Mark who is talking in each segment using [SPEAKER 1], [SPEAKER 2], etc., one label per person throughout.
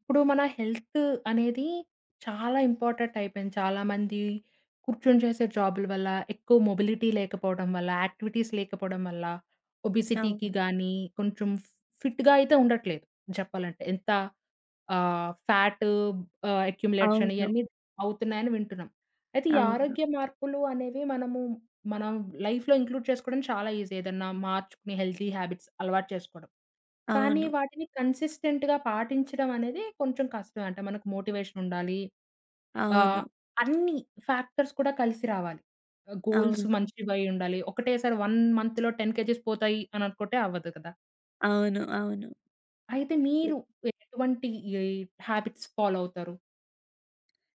[SPEAKER 1] ఇప్పుడు మన హెల్త్ అనేది చాలా ఇంపార్టెంట్ అయిపోయింది. చాలామంది కూర్చొని చేసే జాబుల వల్ల, ఎక్కువ మొబిలిటీ లేకపోవడం వల్ల, యాక్టివిటీస్ లేకపోవడం వల్ల,
[SPEAKER 2] అవును.
[SPEAKER 1] ఒబెసిటీకి గానీ, కొంచెం ఫిట్‌గా అయితే ఉండట్లేదు జెప్పాలంటే. ఎంత ఫ్యాట్ అక్యుములేషన్
[SPEAKER 2] అవును.
[SPEAKER 1] ఇయన్నీ అవుతున్నాయని వింటున్నాం. అయితే ఈ
[SPEAKER 2] అవును.
[SPEAKER 1] ఆరోగ్య మార్పులు అనేవి మనం లైఫ్‌లో ఇంక్లూడ్ చేసుకోవడం చాలా ఈజీ. ఏదన్నా మార్చుకుని హెల్తీ హ్యాబిట్స్ అలవాటు చేసుకోవడం. కానీ
[SPEAKER 2] అవును.
[SPEAKER 1] వాటిని కన్సిస్టెంట్‌గా పాటించడం అనేది కొంచెం కష్టం అంట. మనకు మోటివేషన్ ఉండాలి.
[SPEAKER 2] అవును.
[SPEAKER 1] ఆహ్, అన్ని ఫ్యాక్టర్స్ కూడా కలిసి రావాలి. గోల్స్
[SPEAKER 2] అవును.
[SPEAKER 1] మంచివి అయి ఉండాలి. ఒకటేసారి 1 మంత్‌లో 10 కేజీస్ పోతాయి అని అనుకుంటే అవ్వదు కదా!
[SPEAKER 2] అవును. అవును.
[SPEAKER 1] అయితే మీరు ఎటువంటి ఈ హాబిట్స్ ఫాలో అవుతారు?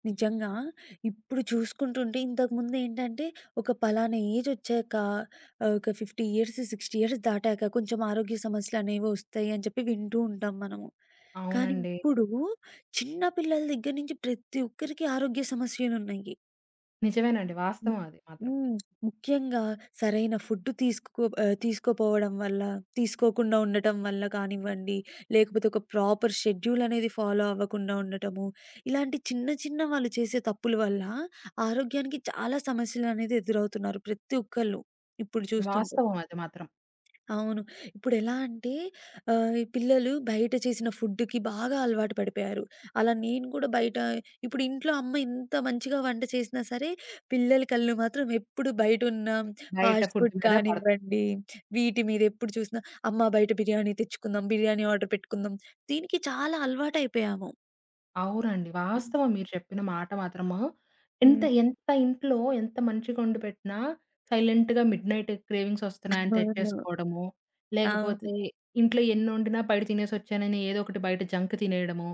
[SPEAKER 2] నిజంగా ఇప్పుడు చూసుకుంటుంటే ఇంతకుముందేంటంటే ఒక పలానా ఏజొచ్చాక ఒక 50 ఇయర్స్, 60 ఇయర్స్ దాటాక కొంచెం ఆరోగ్య సమస్యలనేవి వస్తాయి అని చెప్పి వింటూ ఉంటాం మనము. కానీ
[SPEAKER 1] అవునండి.
[SPEAKER 2] ఇప్పుడు చిన్న పిల్లల దగ్గర నుంచి ప్రతి ఒక్కరికి ఆరోగ్య సమస్యలున్నాయి.
[SPEAKER 1] నిజమేనండి.
[SPEAKER 2] హ్మ్.
[SPEAKER 1] వాస్తవం అది మాత్రం.
[SPEAKER 2] హ్మ్. ముఖ్యంగా సరైన ఫుడ్ తీసుకోపోవడం వల్ల, తీసుకోకుండా ఉండటం వల్ల కానివ్వండి, లేకపోతే ఒక ప్రాపర్ షెడ్యూల్ అనేది ఫాలో అవ్వకుండా ఉండటము, ఇలాంటి చిన్న చిన్న వాళ్ళు చేసే తప్పుల వల్ల ఆరోగ్యానికి చాలా సమస్యలనేది ఎదురవుతున్నారు ప్రతి ఒక్కళ్ళు ఇప్పుడు చూస్తుంటే.
[SPEAKER 1] వాస్తవం అది మాత్రం.
[SPEAKER 2] అవును. ఇప్పుడెలా అంటే ఈ పిల్లలు బయట చేసిన ఫుడ్‌కి బాగా అలవాటు పడిపోయారు. అలా నేను కూడా బయట ఇప్పుడు ఇంట్లో అమ్మ ఎంత మంచిగా వంట చేసినా సరే, పిల్లల కళ్ళు మాత్రం ఎప్పుడు బయటున్న
[SPEAKER 1] బయట
[SPEAKER 2] ఫాస్ట్
[SPEAKER 1] ఫుడ్
[SPEAKER 2] ఫుడ్
[SPEAKER 1] మీద పడతాయి.
[SPEAKER 2] కానివ్వండి, వీటి మీద ఎప్పుడు చూసినా అమ్మ బయట బిర్యానీ తెచ్చుకుందాం, బిర్యానీ ఆర్డర్ పెట్టుకుందాం. దీనికి చాలా అలవాటయిపోయాము.
[SPEAKER 1] అవునండి.
[SPEAKER 2] హ్మ్.
[SPEAKER 1] వాస్తవం మీరు చెప్పిన మాట మాత్రము. ఎంత
[SPEAKER 2] హ్మ్.
[SPEAKER 1] ఎంత ఇంట్లో ఎంత మంచిగా వండిపెట్టినా సైలెంట్‌గా మిడ్‌నైట్ క్రేవింగ్స్ వస్తున్నాయని
[SPEAKER 2] అవును.
[SPEAKER 1] తెచ్చేసుకోవడము.
[SPEAKER 2] అవును.
[SPEAKER 1] లేకపోతే ఇంట్లో ఎన్నొండినా బయట తినేసొచ్చానని ఏదో ఒకటి బయట జంక్ తినేయడము.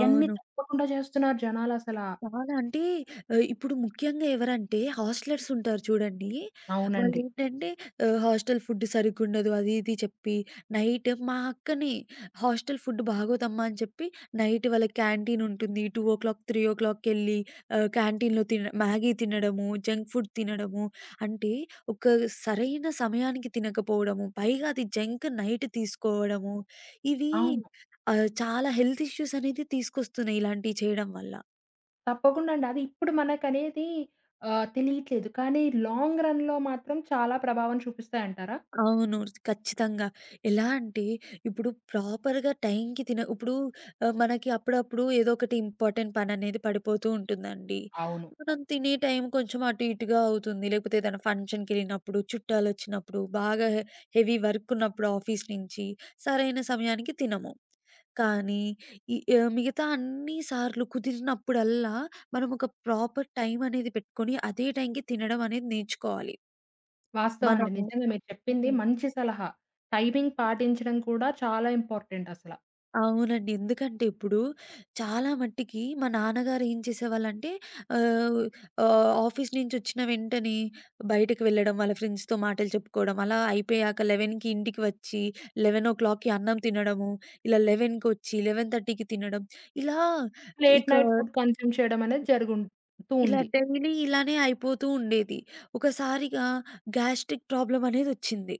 [SPEAKER 1] ఇయన్నీ తప్పకుండా చేస్తున్నారు జనాలసలా.
[SPEAKER 2] చాలా అంటే ఇప్పుడు ముఖ్యంగా ఎవరంటే హాస్టలర్స్ ఉంటారు చూడండి.
[SPEAKER 1] అవునండి.
[SPEAKER 2] వాళ్ళేంటంటే హాస్టల్ ఫుడ్ సరిగ్గుండదు అది ఇది చెప్పి నైట్ మా అక్కని హాస్టల్ ఫుడ్ బాగోదమ్మా అని చెప్పి నైట్ వాళ్ళకి క్యాంటీన్ ఉంటుంది. 2:00, 3:00కెళ్ళి క్యాంటీన్‌లో తిన మ్యాగీ తినడము, జంక్ ఫుడ్ తినడము. అంటే ఒక సరైన సమయానికి తినకపోవడము, పైగా అది జంక్ నైట్ తీసుకోవడము. ఇవి
[SPEAKER 1] అవును.
[SPEAKER 2] చాలా హెల్త్ ఇష్యూస్ అనేది తీసుకొస్తున్నాయి ఇలాంటివి చేయడం వల్ల.
[SPEAKER 1] తప్పకుండా అండి. అది ఇప్పుడు మనకనేది తెలియట్లేదు. కానీ లాంగ్ రన్‌లో మాత్రం చాలా ప్రభావం చూపిస్తాయంటారా?
[SPEAKER 2] అవును. ఖచ్చితంగా. ఎలా అంటే ఇప్పుడు ప్రాపర్‌గా టైంకి తిన ఇప్పుడు మనకి అప్పుడప్పుడు ఏదో ఒకటి ఇంపార్టెంట్ పననేది పడిపోతూ ఉంటుందండి.
[SPEAKER 1] అవును.
[SPEAKER 2] మనం తినే టైం కొంచెం అటు ఇటుగా అవుతుంది. లేకపోతే ఏదైనా ఫంక్షన్‌కెళ్ళినప్పుడు, చుట్టాలొచ్చినప్పుడు, బాగా హెవీ వర్క్ ఉన్నప్పుడు ఆఫీస్ నుంచి సరైన సమయానికి తినము. కానీ ఈ మిగతా అన్ని సార్లు కుదిరినప్పుడల్లా మనం ఒక ప్రాపర్ టైం అనేది పెట్టుకొని అదే టైంకి తినడం అనేది నేర్చుకోవాలి.
[SPEAKER 1] వాస్తవం అండి.
[SPEAKER 2] మనము
[SPEAKER 1] నిజంగా మీరు చెప్పింది
[SPEAKER 2] హ్మ్.
[SPEAKER 1] మంచి సలహా. టైమింగ్ పాటించడం కూడా చాలా ఇంపార్టెంట్ అసల.
[SPEAKER 2] అవునండి. ఎందుకంటే ఇప్పుడు చాలా మట్టికి మా నాన్నగారు ఏం చేసేవాళ్ళంటే ఆహ్, ఆహ్, ఆఫీస్ నుంచొచ్చిన వెంటనే బయటకి వెళ్ళడం, వాళ్ళ ఫ్రెండ్స్‌తో మాటలు చెప్పుకోవడం, అలా అయిపోయాక 11కి ఇంటికి వచ్చి 11:00కి అన్నం తినడము, ఇలా 11:00కొచ్చి 11:30కి తినడం, ఇలా
[SPEAKER 1] లేట్
[SPEAKER 2] ఇక
[SPEAKER 1] నైట్ ఫుడ్ కన్జ్యూమ్ చేయడం అనేది జరుగుతూ
[SPEAKER 2] ఇలా
[SPEAKER 1] ఉంది.
[SPEAKER 2] డైలీ ఇలానే అయిపోతూ ఉండేది. ఒకసారిగా గ్యాస్ట్రిక్ ప్రాబ్లమ్ అనేదొచ్చింది.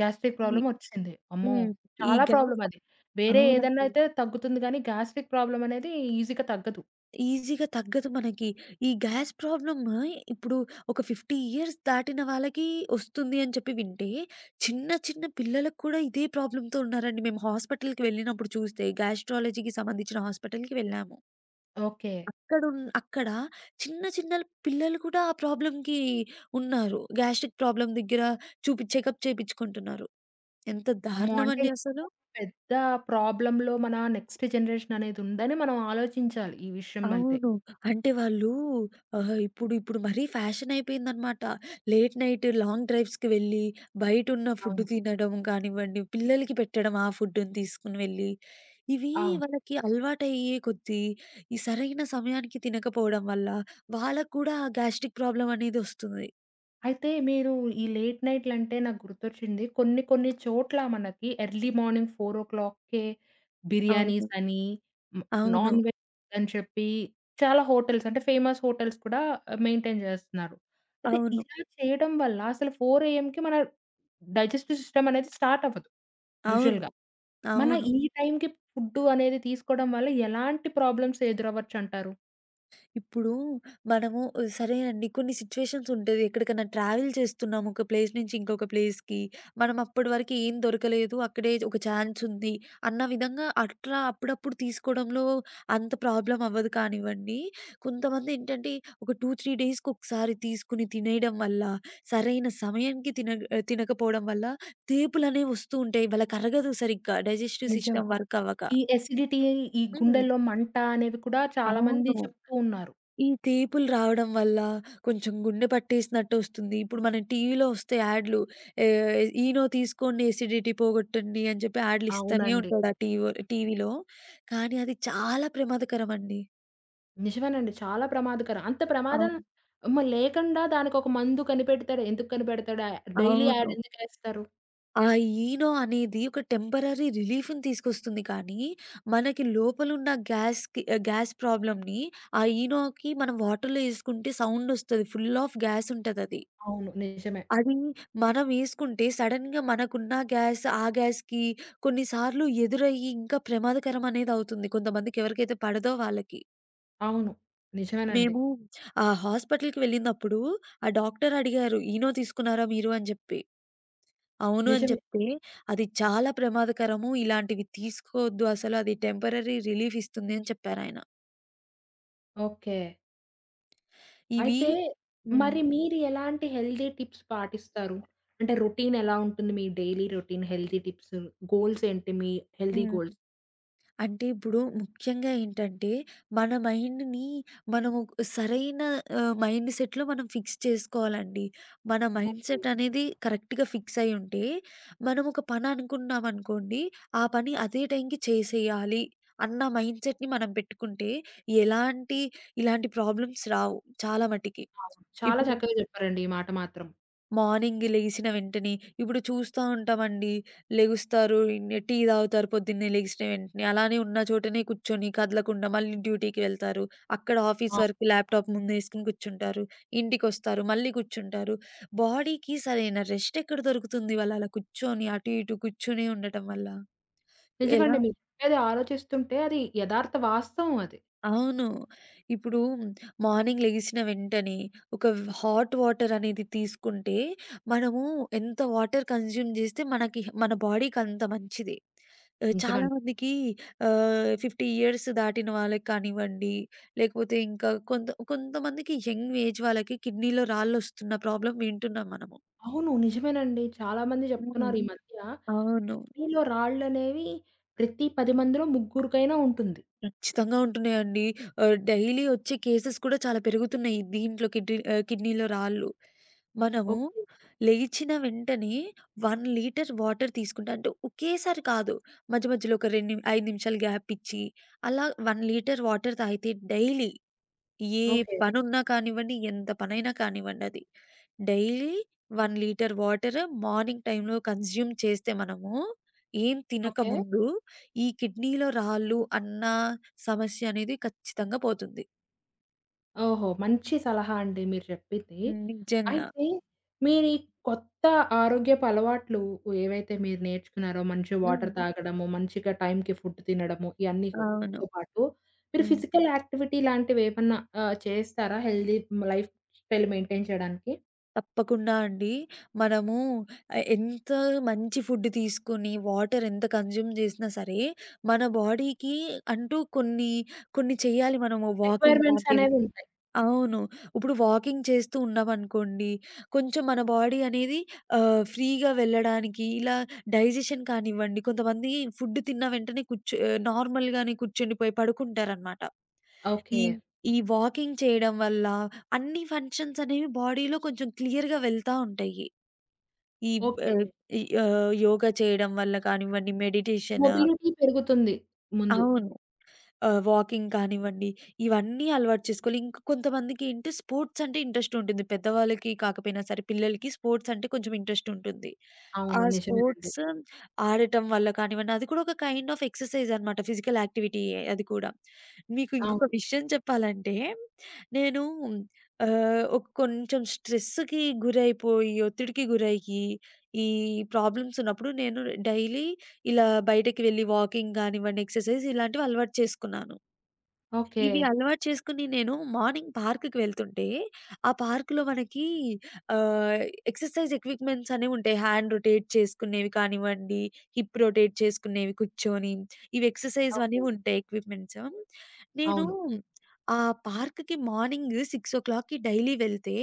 [SPEAKER 1] గ్యాస్ట్రిక్
[SPEAKER 2] ఈ
[SPEAKER 1] ప్రాబ్లమ్ వచ్చింది. అమ్మో!
[SPEAKER 2] హ్మ్. ఈ
[SPEAKER 1] చాలా
[SPEAKER 2] గ్యాస్
[SPEAKER 1] ప్రాబ్లమ్ అది. వేరే ఏదన్నా
[SPEAKER 2] అవునండి.
[SPEAKER 1] అయితే తగ్గుతుంది గానీ, గ్యాస్ట్రిక్ ప్రాబ్లమ్ అనేది ఈజీగా తగ్గదు.
[SPEAKER 2] ఈజీగా తగ్గదు మనకి. ఈ గ్యాస్ ప్రాబ్లమ్ ఇప్పుడు ఒక 50 ఇయర్స్ దాటిన వాళ్ళకి వస్తుంది అని చెప్పి వింటే, చిన్న చిన్న పిల్లలకు కూడా ఇదే ప్రాబ్లమ్‌తో ఉన్నారండి. మేము హాస్పిటల్‌కి వెళ్ళినప్పుడు చూస్తే గ్యాస్ట్రాలజీకి సంబంధించిన హాస్పిటల్‌కి వెళ్ళాము.
[SPEAKER 1] ఓకే.
[SPEAKER 2] అక్కడ చిన్న చిన్న పిల్లలు కూడా ఆ ప్రాబ్లమ్‌కి ఉన్నారు. గ్యాస్ట్రిక్ ప్రాబ్లమ్ దగ్గర చూపి చెకప్ చేపించుకుంటున్నారు. ఎంత
[SPEAKER 1] అమ్మో!
[SPEAKER 2] దారుణం
[SPEAKER 1] అంటే
[SPEAKER 2] అండి అసలు!
[SPEAKER 1] పెద్ద ప్రాబ్లమ్‌లో మన నెక్స్ట్ జనరేషన్ అనేది ఉందని మనం ఆలోచించాలి ఈ విషయంలో అయితే.
[SPEAKER 2] అవును. అంటే వాళ్ళు ఇప్పుడు ఇప్పుడు మరీ ఫ్యాషన్ అయిపోయిందనమాట. లేట్ నైట్ లాంగ్ డ్రైవ్స్‌కి వెళ్ళి బయటున్న ఫుడ్
[SPEAKER 1] అవును.
[SPEAKER 2] తినడం కానివ్వండి, పిల్లలకి పెట్టడం ఆ ఫుడ్‌ని తీసుకొని వెళ్ళి, ఇవి
[SPEAKER 1] అవును.
[SPEAKER 2] వాళ్ళకి అలవాటయ్యే కొద్దీ ఈ సరైన సమయానికి తినకపోవడం వల్ల వాళ్ళకి కూడా గ్యాస్ట్రిక్ ప్రాబ్లమ్ అనేది వస్తుంది.
[SPEAKER 1] అయితే మీరు ఈ లేట్ నైట్‌లంటే నాకు గుర్తొచ్చింది. కొన్ని కొన్ని చోట్ల మనకి ఎర్లీ మార్నింగ్ 4:00కే
[SPEAKER 2] అవును.
[SPEAKER 1] బిర్యానీస్ అని, హ్మ్,
[SPEAKER 2] అవును.
[SPEAKER 1] నాన్ వెజ్ అని చెప్పి చాలా హోటల్స్ అంటే ఫేమస్ హోటల్స్ కూడా మెయింటైన్ చేస్తున్నారు. అయితే
[SPEAKER 2] అవును.
[SPEAKER 1] ఇలా చేయడం వల్ల అసలు 4 ఏఎంకి మన డైజెస్టివ్ సిస్టమ్ అనేది స్టార్ట్ అవ్వదు
[SPEAKER 2] అవును.
[SPEAKER 1] యూజువల్‌గా. మన
[SPEAKER 2] అవును.
[SPEAKER 1] ఈ టైంకి ఫుడ్డు అనేది తీసుకోవడం వల్ల ఎలాంటి ప్రాబ్లమ్స్ ఎదురవ్వచ్చంటారు?
[SPEAKER 2] ఇప్పుడు మనము సరే అండి కొన్ని సిట్యుయేషన్స్ ఉంటది. ఎక్కడికన్నా ట్రావెల్ చేస్తున్నాము ఒక ప్లేస్ నుంచి ఇంకొక ప్లేస్‌కి. మనం అప్పటి వరకు ఏం దొరకలేదు. అక్కడే ఒక ఛాన్స్ ఉంది అన్న విధంగా అట్లా అప్పుడప్పుడు తీసుకోవడంలో అంత ప్రాబ్లమ్ అవ్వదు కానివ్వండి. కొంతమంది ఏంటంటే ఒక 2, 3 డేస్‌కి ఒకసారి తీసుకుని తినేయడం వల్ల, సరైన సమయానికి తినకపోవడం వల్ల తేపులనేవి వస్తూ ఉంటాయి. వాళ్ళకి అరగదు సరిగ్గా డైజెస్టివ్
[SPEAKER 1] నిజం.
[SPEAKER 2] సిస్టమ్ వర్క్ అవ్వక.
[SPEAKER 1] ఈ ఎసిడిటీ, ఈ
[SPEAKER 2] హ్మ్.
[SPEAKER 1] గుండెల్లో మంట అనేవి కూడా చాలామంది
[SPEAKER 2] అవును.
[SPEAKER 1] చెప్తూ ఉన్నారు.
[SPEAKER 2] ఈ తీపులు రావడం వల్ల కొంచెం గుండె పట్టేసినట్టొస్తుంది. ఇప్పుడు మనం టీవీలో వస్తే యాడ్లు ఈనో తీసుకోండి ఎసిడిటీ పోగొట్టండి అని చెప్పి యాడ్లు ఇస్తానే
[SPEAKER 1] అవునండి.
[SPEAKER 2] ఉంటాడు ఆ టీవీలో. కానీ అది చాలా ప్రమాదకరమండి.
[SPEAKER 1] నిజమేనండి. చాలా ప్రమాదకరం. అంత ప్రమాదం
[SPEAKER 2] అవును.
[SPEAKER 1] మ లేకుండా దానికొక మందు కనిపెడతాడు. ఎందుకు కనిపెడతాడు? డైలీ యాడ్
[SPEAKER 2] అవును.
[SPEAKER 1] ఎందుకేస్తారు?
[SPEAKER 2] ఆ ఈనో అనేది ఒక టెంపరరీ రిలీఫ్‌ని తీసుకొస్తుంది కానీ, మనకి లోపలున్న గ్యాస్‌కి గ్యాస్ ప్రాబ్లమ్‌ని ఆ ఈనోకి మనం వాటర్‌లో ఎసుకుంటే సౌండొస్తది. ఫుల్ ఆఫ్ గ్యాస్ ఉంటదది.
[SPEAKER 1] అవును. నిజమే.
[SPEAKER 2] అది మనమేసుకుంటే సడెన్‌గా మనకున్న గ్యాస్, ఆ గ్యాస్‌కి కొన్ని సార్లు ఎదురయ్యి ఇంకా ప్రమాదకరం అనేదవుతుంది. కొంతమందికి ఎవరికైతే పడదో వాళ్ళకి.
[SPEAKER 1] అవును. నిజమేనండి.
[SPEAKER 2] మేము ఆ హాస్పిటల్‌కి వెళ్ళినప్పుడు ఆ డాక్టర్ అడిగారు, "ఇనో తీసుకున్నారా మీరు?" అని చెప్పి. అవును అని
[SPEAKER 1] నిజమే.
[SPEAKER 2] చెప్తే, "అది చాలా ప్రమాదకరము. ఇలాంటివి తీసుకోవద్దు అసలు. అది టెంపరరీ రిలీఫ్ ఇస్తుంది" అని చెప్పారాయన.
[SPEAKER 1] ఓకే.
[SPEAKER 2] ఇవి
[SPEAKER 1] అయితే
[SPEAKER 2] హ్మ్.
[SPEAKER 1] మరి మీరు ఎలాంటి హెల్తీ టిప్స్ పాటిస్తారు? అంటే రొటీన్ ఎలా ఉంటుంది? మీ daily routine, healthy tips, goals ఏంటి మీ హెల్తీ
[SPEAKER 2] హ్మ్.
[SPEAKER 1] గోల్స్?
[SPEAKER 2] అంటే ఇప్పుడు ముఖ్యంగా ఏంటంటే, మన మైండ్‌ని మనము ఒక సరైన మైండ్ సెట్‌లో మనం ఫిక్స్ చేసుకోవాలండి. మన మైండ్
[SPEAKER 1] ఓకే.
[SPEAKER 2] సెట్ అనేది కరెక్ట్‌గా ఫిక్స్ అయ్యి ఉంటే, మనం ఒక పని అనుకున్నామనుకోండి, ఆ పని అదే టైంకి చేసేయాలి అన్న మైండ్ సెట్‌ని మనం పెట్టుకుంటే, ఎలాంటి ఇలాంటి ప్రాబ్లమ్స్ రావు చాలా మటికి.
[SPEAKER 1] అవును. చాలా
[SPEAKER 2] ఇప్పుడు
[SPEAKER 1] చక్కగా చెప్పారండి ఈ మాట మాత్రం.
[SPEAKER 2] మార్నింగ్ లెగిసిన వెంటనే ఇప్పుడు చూస్తా ఉంటామండి. లెగుస్తారు, టీ తాగుతారు పొద్దున్నే లెగిసిన వెంటనే. అలానే ఉన్న చోటనే కూర్చొని కదలకుండా మళ్ళీ డ్యూటీకి వెళ్తారు. అక్కడ ఆఫీస్ వరకు ల్యాప్‌టాప్ ముందేసుకొని కూర్చుంటారు. ఇంటికొస్తారు, మళ్ళీ కూర్చుంటారు. బాడీకి సరైన రెస్ట్ ఎక్కడ దొరుకుతుంది? వాళ్ళు అలా కూర్చొని అటు ఇటు కూర్చొనే ఉండటం వల్ల. ఎలా
[SPEAKER 1] నిజమండి. మీరు చెప్పేది ఆలోచిస్తుంటే అది యథార్థ వాస్తవం అది.
[SPEAKER 2] అవును. ఇప్పుడు మార్నింగ్ లెగిసిన వెంటనే ఒక హాట్ వాటర్ అనేది తీసుకుంటే, మనము ఎంత వాటర్ కన్జ్యూమ్ జేస్తే మనకి మన బాడీకంత మంచిది.
[SPEAKER 1] నిజమండి.
[SPEAKER 2] చాలామందికి 50 ఇయర్స్ దాటిన వాళ్ళకి కానివ్వండి, లేకపోతే ఇంకా కొంత కొంతమందికి యంగ్ ఏజ్ వాళ్ళకి కిడ్నీలో రాళ్ళొస్తున్న ప్రాబ్లమ్ వింటున్నాం మనము.
[SPEAKER 1] అవును. నిజమేనండి. చాలా మంది
[SPEAKER 2] హ్మ్.
[SPEAKER 1] చెప్తున్నారు ఈ మధ్య
[SPEAKER 2] అవును.
[SPEAKER 1] కిడ్నీలో రాళ్ళనేవి ప్రతి 10 మందిలో ముగ్గురికైనా ఉంటుంది.
[SPEAKER 2] ఖచ్చితంగా ఉంటున్నాయండి. డైలీ వచ్చే కేసెస్ కూడా చాలా పెరుగుతున్నాయి. దీంట్లో కిడ్నీ కిడ్నీలో రాళ్ళు. మనము
[SPEAKER 1] ఓకే.
[SPEAKER 2] లేచిన వెంటనే 1 లీటర్ వాటర్ తీసుకుంటే అంటే ఒకేసారి కాదు. మధ్య మధ్యలో ఒక 2 5 నిమిషాలు గ్యాప్ ఇచ్చి అలా 1 లీటర్ వాటర్ తాగితే డైలీ ఏ
[SPEAKER 1] ఓకే.
[SPEAKER 2] పనున్నా కానివ్వండి, ఎంత పనైనా కానివ్వండి అది. డైలీ 1 లీటర్ వాటర్ మార్నింగ్ టైమ్‌లో కన్జ్యూమ్ చేస్తే మనము, ఏం
[SPEAKER 1] ఓకే.
[SPEAKER 2] తినకముందు ఈ కిడ్నీలో రాళ్ళు అన్న సమస్య అనేది ఖచ్చితంగా పోతుంది.
[SPEAKER 1] ఓహో! మంచి సలహా అండి మీరు చెప్పింది.
[SPEAKER 2] హ్మ్. నిజంగా.
[SPEAKER 1] అయితే మీరు ఈ కొత్త ఆరోగ్యపు అలవాట్లు ఏవైతే మీరు నేర్చుకున్నారో, మంచి
[SPEAKER 2] హ్మ్.
[SPEAKER 1] వాటర్ తాగడము, మంచిగా టైంకి ఫుడ్ తినడము, ఇయన్నీ
[SPEAKER 2] అవును.
[SPEAKER 1] వీటితో పాటు మీరు
[SPEAKER 2] హ్మ్.
[SPEAKER 1] ఫిజికల్ యాక్టివిటీ లాంటివేమన్నా చేస్తారా? హెల్తీ లైఫ్ స్టైల్ మెయింటైన్ చేయడానికి?
[SPEAKER 2] తప్పకుండా అండి. మనము ఎంత మంచి ఫుడ్ తీసుకొని, వాటర్ ఎంత కన్జ్యూమ్ చేసినా సరే, మన బాడీకి అంటూ కొన్ని, కొన్ని చేయాలి మనము వాకింగ్
[SPEAKER 1] రిక్వైర్‌మెంట్స్
[SPEAKER 2] లాంటివి.
[SPEAKER 1] అనేవి ఉంటాయి.
[SPEAKER 2] అవును. ఇప్పుడు వాకింగ్ చేస్తూ ఉన్నామనుకోండి, కొంచెం మన బాడీ అనేది ఫ్రీగా వెళ్ళడానికి ఇలా డైజెషన్ కానివ్వండి, కొంతమంది ఫుడ్ తిన్న వెంటనే నార్మల్‌గానే కూర్చుండిపోయి పడుకుంటారనమాట. ఈ
[SPEAKER 1] ఓకే.
[SPEAKER 2] ఈ వాకింగ్ చేయడం వల్ల అన్ని ఫంక్షన్స్ అనేవి బాడీలో కొంచెం క్లియర్‌గా వెళ్తా ఉంటాయి. ఈ
[SPEAKER 1] ఓకే.
[SPEAKER 2] ఆహ్, యోగా చేయడం వల్ల కానివ్వండి, మెడిటేషన్
[SPEAKER 1] మొబిలిటీ పెరుగుతుంది ముందు.
[SPEAKER 2] అవును. వాకింగ్ కానివ్వండి, ఇవన్నీ అలవాటు చేసుకోవాలి. ఇంకా కొంతమందికేంటి స్పోర్ట్స్ అంటే ఇంట్రెస్ట్ ఉంటుంది. పెద్దవాళ్ళకి కాకపోయినా సరే పిల్లలకి స్పోర్ట్స్ అంటే కొంచెం ఇంట్రెస్ట్ ఉంటుంది. ఆ
[SPEAKER 1] అవును. నిజమేనండి.
[SPEAKER 2] స్పోర్ట్స్ ఆడటం వల్ల కానివ్వండి, అది కూడా ఒక కైండ్ ఆఫ్ ఎక్సర్‌సైజ్ అన్నమాట. ఫిజికల్ యాక్టివిటీయే అది కూడా. మీకు ఇంకొక
[SPEAKER 1] అవును.
[SPEAKER 2] విషయం చెప్పాలంటే, నేను ఒక కొంచెం స్ట్రెస్‌కి గురైపోయి, ఒత్తిడికి గురయ్యి, ఈ ప్రాబ్లమ్స్ ఉన్నప్పుడు నేను డైలీ ఇలా బయటకి వెళ్లి వాకింగ్ గానివ్వండి, ఎక్సర్‌సైజ్ ఇలాంటివి అలవాటు చేసుకున్నాను.
[SPEAKER 1] ఓకే.
[SPEAKER 2] ఇవి అలవాటు చేసుకొని నేను మార్నింగ్ పార్క్‌కి వెళ్తుంటే, ఆ పార్క్‌లో మనకి ఆహ్, ఎక్సర్‌సైజ్ ఎక్విప్‌మెంట్స్ అనేవుంటాయి. హ్యాండ్ రొటేట్ చేసుకునేవి కానివ్వండి, హిప్ రొటేట్ చేసుకునేవి కూర్చొని, ఇవి ఎక్సర్‌సైజ్
[SPEAKER 1] ఓకే.
[SPEAKER 2] అనేవుంటాయి ఎక్విప్‌మెంట్స్. నేను
[SPEAKER 1] అవును.
[SPEAKER 2] ఆ పార్క్‌కి మార్నింగ్ 6:00కి డైలీ వెళ్తే,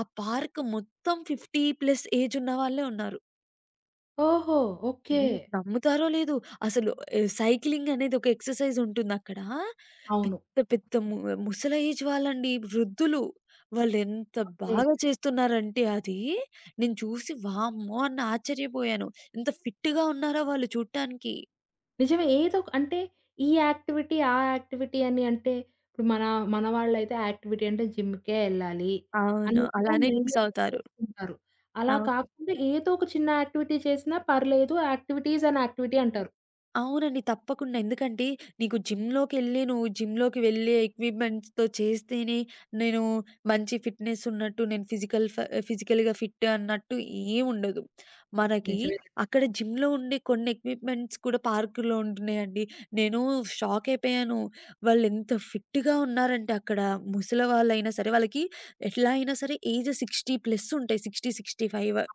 [SPEAKER 2] ఆ పార్క్ మొత్తం 50 ప్లస్ ఏజ్ ఉన్నవాళ్ళే ఉన్నారు.
[SPEAKER 1] ఓహో! ఓకే.
[SPEAKER 2] మీరు నమ్ముతారో లేదో అసలు సైక్లింగ్ అనేది ఒక ఎక్సర్‌సైజ్ ఉంటుందక్కడ.
[SPEAKER 1] అవును.
[SPEAKER 2] పెద్ద పెద్ద ముసలి ఏజ్ వాళ్ళండి, వృద్ధులు. వాళ్ళెంత
[SPEAKER 1] ఓకే.
[SPEAKER 2] బాగా చేస్తున్నారంటే అది, నేను చూసి వామ్మో! అని ఆశ్చర్యపోయాను. ఎంత ఫిట్‌గా ఉన్నారో వాళ్ళు చూడటానికి.
[SPEAKER 1] నిజమే. ఏదో ఒక అంటే ఈ యాక్టివిటీ, ఆ యాక్టివిటీ అని అంటే ఇప్పుడు మన మన వాళ్ళైతే యాక్టివిటీ అంటే జిమ్‌కే ఎళ్ళాలి
[SPEAKER 2] అవును.
[SPEAKER 1] అన్నట్టు
[SPEAKER 2] అలానే
[SPEAKER 1] మైండ్‌లో
[SPEAKER 2] ఫిక్స్
[SPEAKER 1] ఫిక్స్
[SPEAKER 2] అవుతారు.
[SPEAKER 1] చేసుకుంటారు. అలా
[SPEAKER 2] అవును.
[SPEAKER 1] కాకుండా ఏదో ఒక చిన్న యాక్టివిటీ చేసినా పర్లేదు. యాక్టివిటీ ఈజ్ యాన్ యాక్టివిటీ అంటారు.
[SPEAKER 2] అవునండి. తప్పకుండా. ఎందుకంటే నీకు జిమ్‌లోకెళ్ళి నువ్వు జిమ్‌లోకి వెళ్ళే ఎక్విప్‌మెంట్స్‌తో చేస్తేనే నేను మంచి ఫిట్‌నెస్ ఉన్నట్టు నేను ఫిజికల్‌గా ఫిట్ అన్నట్టు ఏముండదు. మనకి
[SPEAKER 1] నిజమేనండి.
[SPEAKER 2] అక్కడ జిమ్‌లో ఉండే కొన్ని ఎక్విప్‌మెంట్స్ కూడా పార్కులో ఉంటున్నాయండి. నేను షాక్ అయిపోయాను. వాళ్ళెంత ఫిట్‌గా ఉన్నారంటే అక్కడ ముసలి వాళ్ళైనా సరే వాళ్ళకి ఎట్లా అయినా సరే ఏజ్ 60 ప్లస్ ఉంటాయి. 60, 65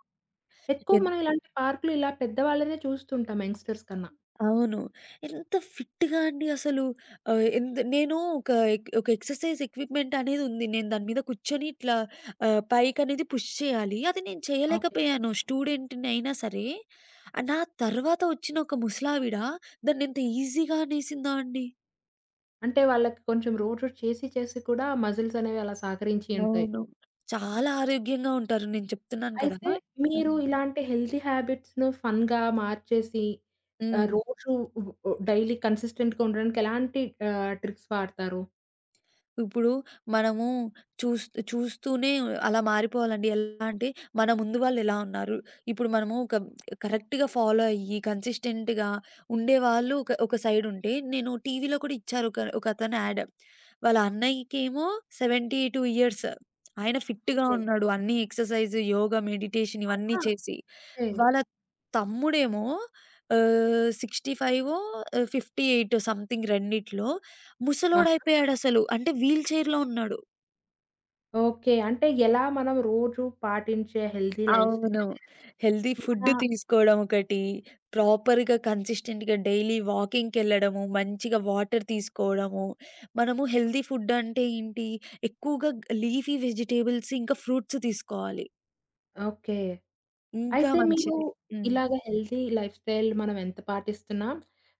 [SPEAKER 1] ఎక్కువ
[SPEAKER 2] ఎన్
[SPEAKER 1] మనం ఇలాంటి పార్కులు ఇలా పెద్దవాళ్ళనే చూస్తుంటాం యంగ్‌స్టర్స్ కన్నా.
[SPEAKER 2] అవును. ఎంత ఫిట్‌గా అండి అసలు ఆహ్, ఎంత్ నేను ఒక ఎక్సర్‌సైజ్ ఎక్విప్‌మెంట్ అనేదుంది. నేను దాని మీద కూర్చొని ఇట్లా పైకనేది పుష్ చేయాలి. అది నేను
[SPEAKER 1] ఓకే.
[SPEAKER 2] చేయలేకపోయాను. స్టూడెంట్‌ని అయినా సరే, నా తర్వాత వచ్చిన ఒక ముసలావిడ దాన్నెంత ఈజీగా అనేసిందో అండి.
[SPEAKER 1] అంటే వాళ్ళకి కొంచెం రోజు చేసి చేసి కూడా మజిల్స్ అనేవి అలా సహకరించి ఉంటాయి.
[SPEAKER 2] అవును. చాలా ఆరోగ్యంగా ఉంటారు. నేను చెప్తున్నాను కదా!
[SPEAKER 1] అయితే మీరు
[SPEAKER 2] హ్మ్.
[SPEAKER 1] ఇలాంటి హెల్తీ హ్యాబిట్స్‌ను ఫన్‌గా మార్చేసి
[SPEAKER 2] హ్మ్.
[SPEAKER 1] రోజు డైలీ కన్సిస్టెంట్‌గా ఉండడానికి ఎలాంటి ట్రిక్స్ వాడతారు?
[SPEAKER 2] ఇప్పుడు మనము చూస్ చూస్తూనే అలా మారిపోవాలండి. ఎలా అంటే, మన ముందు వాళ్ళెలా ఉన్నారు? ఇప్పుడు మనము ఒక కరెక్ట్‌గా ఫాలో అయ్యి, కన్సిస్టెంట్‌గా ఉండేవాళ్ళు ఒక ఒక సైడుంటే, నేను టీవీలో కూడా ఇచ్చారు ఒకతను యాడ్. వాళ్ళ అన్నయ్యకేమో 72 ఇయర్స్. ఆయన ఫిట్‌గా
[SPEAKER 1] ఓకే.
[SPEAKER 2] ఉన్నాడు. అన్నీ ఎక్సర్‌సైజ్, యోగా, మెడిటేషన్ ఇవన్నీ
[SPEAKER 1] అవునా!
[SPEAKER 2] చేసి.
[SPEAKER 1] ఓకే.
[SPEAKER 2] వాళ్ళ తమ్ముడేమో 58 సంథింగ్ రెండిట్లో
[SPEAKER 1] ఆ!
[SPEAKER 2] ముసలోడయిపోయాడసలు. అంటే వీల్ చైర్‌లో ఉన్నాడు.
[SPEAKER 1] ఓకే. అంటే ఎలా మనం రోజు పాటించే హెల్తీ లైఫ్
[SPEAKER 2] అవును.
[SPEAKER 1] స్టైల్
[SPEAKER 2] హెల్తీ ఫుడ్
[SPEAKER 1] మన
[SPEAKER 2] తీసుకోవడం ఒకటి, ప్రాపర్‌గా కన్సిస్టెంట్‌గా డైలీ వాకింగ్‌కెళ్ళడము, మంచిగా వాటర్ తీసుకోవడము. మనము హెల్తీ ఫుడ్ అంటే ఏంటి? ఎక్కువగా లీఫీ వెజిటబుల్స్ ఇంకా ఫ్రూట్స్ తీసుకోవాలి.
[SPEAKER 1] ఓకే.
[SPEAKER 2] ఇంకా
[SPEAKER 1] అయితే మీరు
[SPEAKER 2] మంచిది. హ్మ్.
[SPEAKER 1] ఇలాగ హెల్తీ లైఫ్ స్టైల్ మనం ఎంత పాటిస్తున్నా,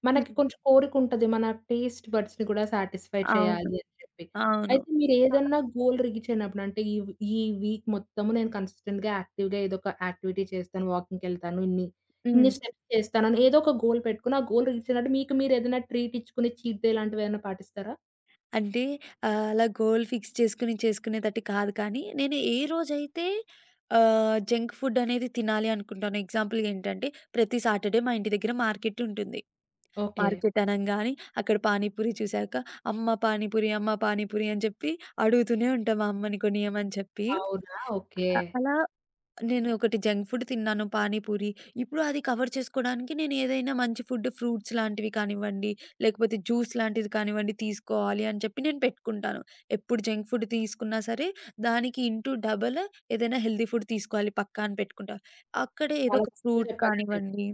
[SPEAKER 1] మనకి
[SPEAKER 2] హ్మ్.
[SPEAKER 1] కొంచెం కోరికుంటది. మన టేస్ట్ బడ్స్‌ని కూడా సాటిస్ఫై
[SPEAKER 2] అవును.
[SPEAKER 1] చేయాలి అని చెప్పి.
[SPEAKER 2] అవును.
[SPEAKER 1] అయితే మీరేదన్నా గోల్ రిగిచయినప్పుడు అంటే ఈ వీక్ మొత్తము నేను కన్సిస్టెంట్‌గా యాక్టివ్‌గా ఏదోక యాక్టివిటీ చేస్తాను, వాకింగ్‌కెళ్తాను, ఇన్ని ఇన్ని
[SPEAKER 2] హ్మ్.
[SPEAKER 1] స్టెప్స్ చేస్తానని ఏదో ఒక గోల్ పెట్టుకొని, ఆ గోల్ రీచయినట్టు మీకు మీరు ఏదైనా ట్రీట్ ఇచ్చుకుని చీట్ డే లాంటివేమన్నా పాటిస్తారా?
[SPEAKER 2] అంటే అలా గోల్ ఫిక్స్ చేసుకొని చేసుకునేతట్టు కాదు కానీ, నేను ఏ రోజైతే జంక్ ఫుడ్ అనేది తినాలి అనుకుంటానో ఎగ్జాంపుల్‌గా ఏంటంటే, ప్రతి సాటర్‌డే మా ఇంటి దగ్గర మార్కెట్ ఉంటుంది.
[SPEAKER 1] ఓకే.
[SPEAKER 2] మార్కెట్ అనంగానే అక్కడ పానీపూరి చూసాక, "అమ్మ పానీపూరి, అమ్మ పానీపూరి" అని చెప్పి అడుగుతూనే ఉంటాం మా అమ్మని కొనియమని చెప్పి.
[SPEAKER 1] అవునా? ఓకే.
[SPEAKER 2] అలా నేను ఒకటి జంక్ ఫుడ్ తిన్నాను పానీపూరి. ఇప్పుడు అది కవర్ చేసుకోడానికి నేను ఏదైనా మంచి ఫుడ్ ఫ్రూట్స్ లాంటివి కానివ్వండి, లేకపోతే జ్యూస్ లాంటిది కానివ్వండి తీసుకోవాలి అని చెప్పి నేను పెట్టుకుంటాను. ఎప్పుడు జంక్ ఫుడ్ తీసుకున్నా సరే దానికి ఇంటూ డబల్ ఏదైనా హెల్తీ ఫుడ్ తీసుకోవాలి పక్కా అని పెట్టుకుంటా. అక్కడే ఏదో
[SPEAKER 1] చాలా
[SPEAKER 2] ఒక
[SPEAKER 1] చక్కగా
[SPEAKER 2] ఫ్రూట్
[SPEAKER 1] చెప్పారండి.
[SPEAKER 2] కానివ్వండి,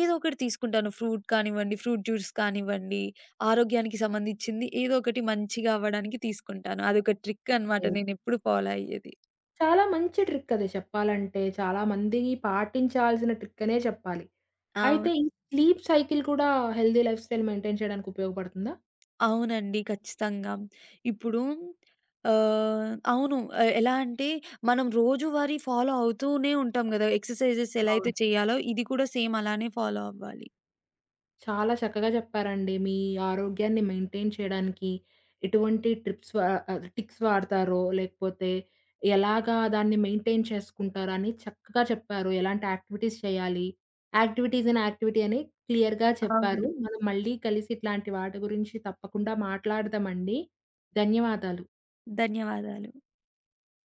[SPEAKER 2] ఏదో ఒకటి తీసుకుంటాను. ఫ్రూట్ కానివ్వండి, ఫ్రూట్ జ్యూస్ కానివ్వండి, ఆరోగ్యానికి సంబంధించింది ఏదో ఒకటి మంచిగా అవ్వడానికి తీసుకుంటాను. అదొక ట్రిక్ అనమాట
[SPEAKER 1] ఓకే.
[SPEAKER 2] నేనెప్పుడు ఫాలో అయ్యేది.
[SPEAKER 1] చాలా మంచి ట్రిక్ అది చెప్పాలంటే. చాలా మంది పాటించాల్సిన ట్రిక్ అనే చెప్పాలి. అయితే
[SPEAKER 2] అవును.
[SPEAKER 1] ఈ స్లీప్ సైకిల్ కూడా హెల్తీ లైఫ్ స్టైల్ మెయింటైన్ చేయడానికి ఉపయోగపడుతుందా?
[SPEAKER 2] అవునండి. ఖచ్చితంగా. ఇప్పుడు అవును. ఎలా అంటే మనం రోజువారీ ఫాలో అవుతూనే ఉంటాం గదా! ఎక్సర్‌సైజెస్ ఎలా అయితే
[SPEAKER 1] అవును.
[SPEAKER 2] చేయాలో ఇది కూడా సేమ్ అలానే ఫాలో అవ్వాలి.
[SPEAKER 1] చాలా చక్కగా చెప్పారండి. మీ ఆరోగ్యాన్ని మెయింటైన్ చేయడానికి ఎటువంటి టిక్స్ వాడతారో, లేకపోతే ఎలాగా దాన్ని మెయింటైన్ చేసుకుంటారని చక్కగా చెప్పారు. ఎలాంటి యాక్టివిటీస్ చేయాలి, యాక్టివిటీస్ ఇన్ యాక్టివిటీ అని క్లియర్‌గా చెప్పారు.
[SPEAKER 2] అవును.
[SPEAKER 1] మనం మళ్ళీ కలిసి ఇట్లాంటి వాటి గురించి తప్పకుండా మాట్లాడదామండి. ధన్యవాదాలు.
[SPEAKER 2] ధన్యవాదాలు.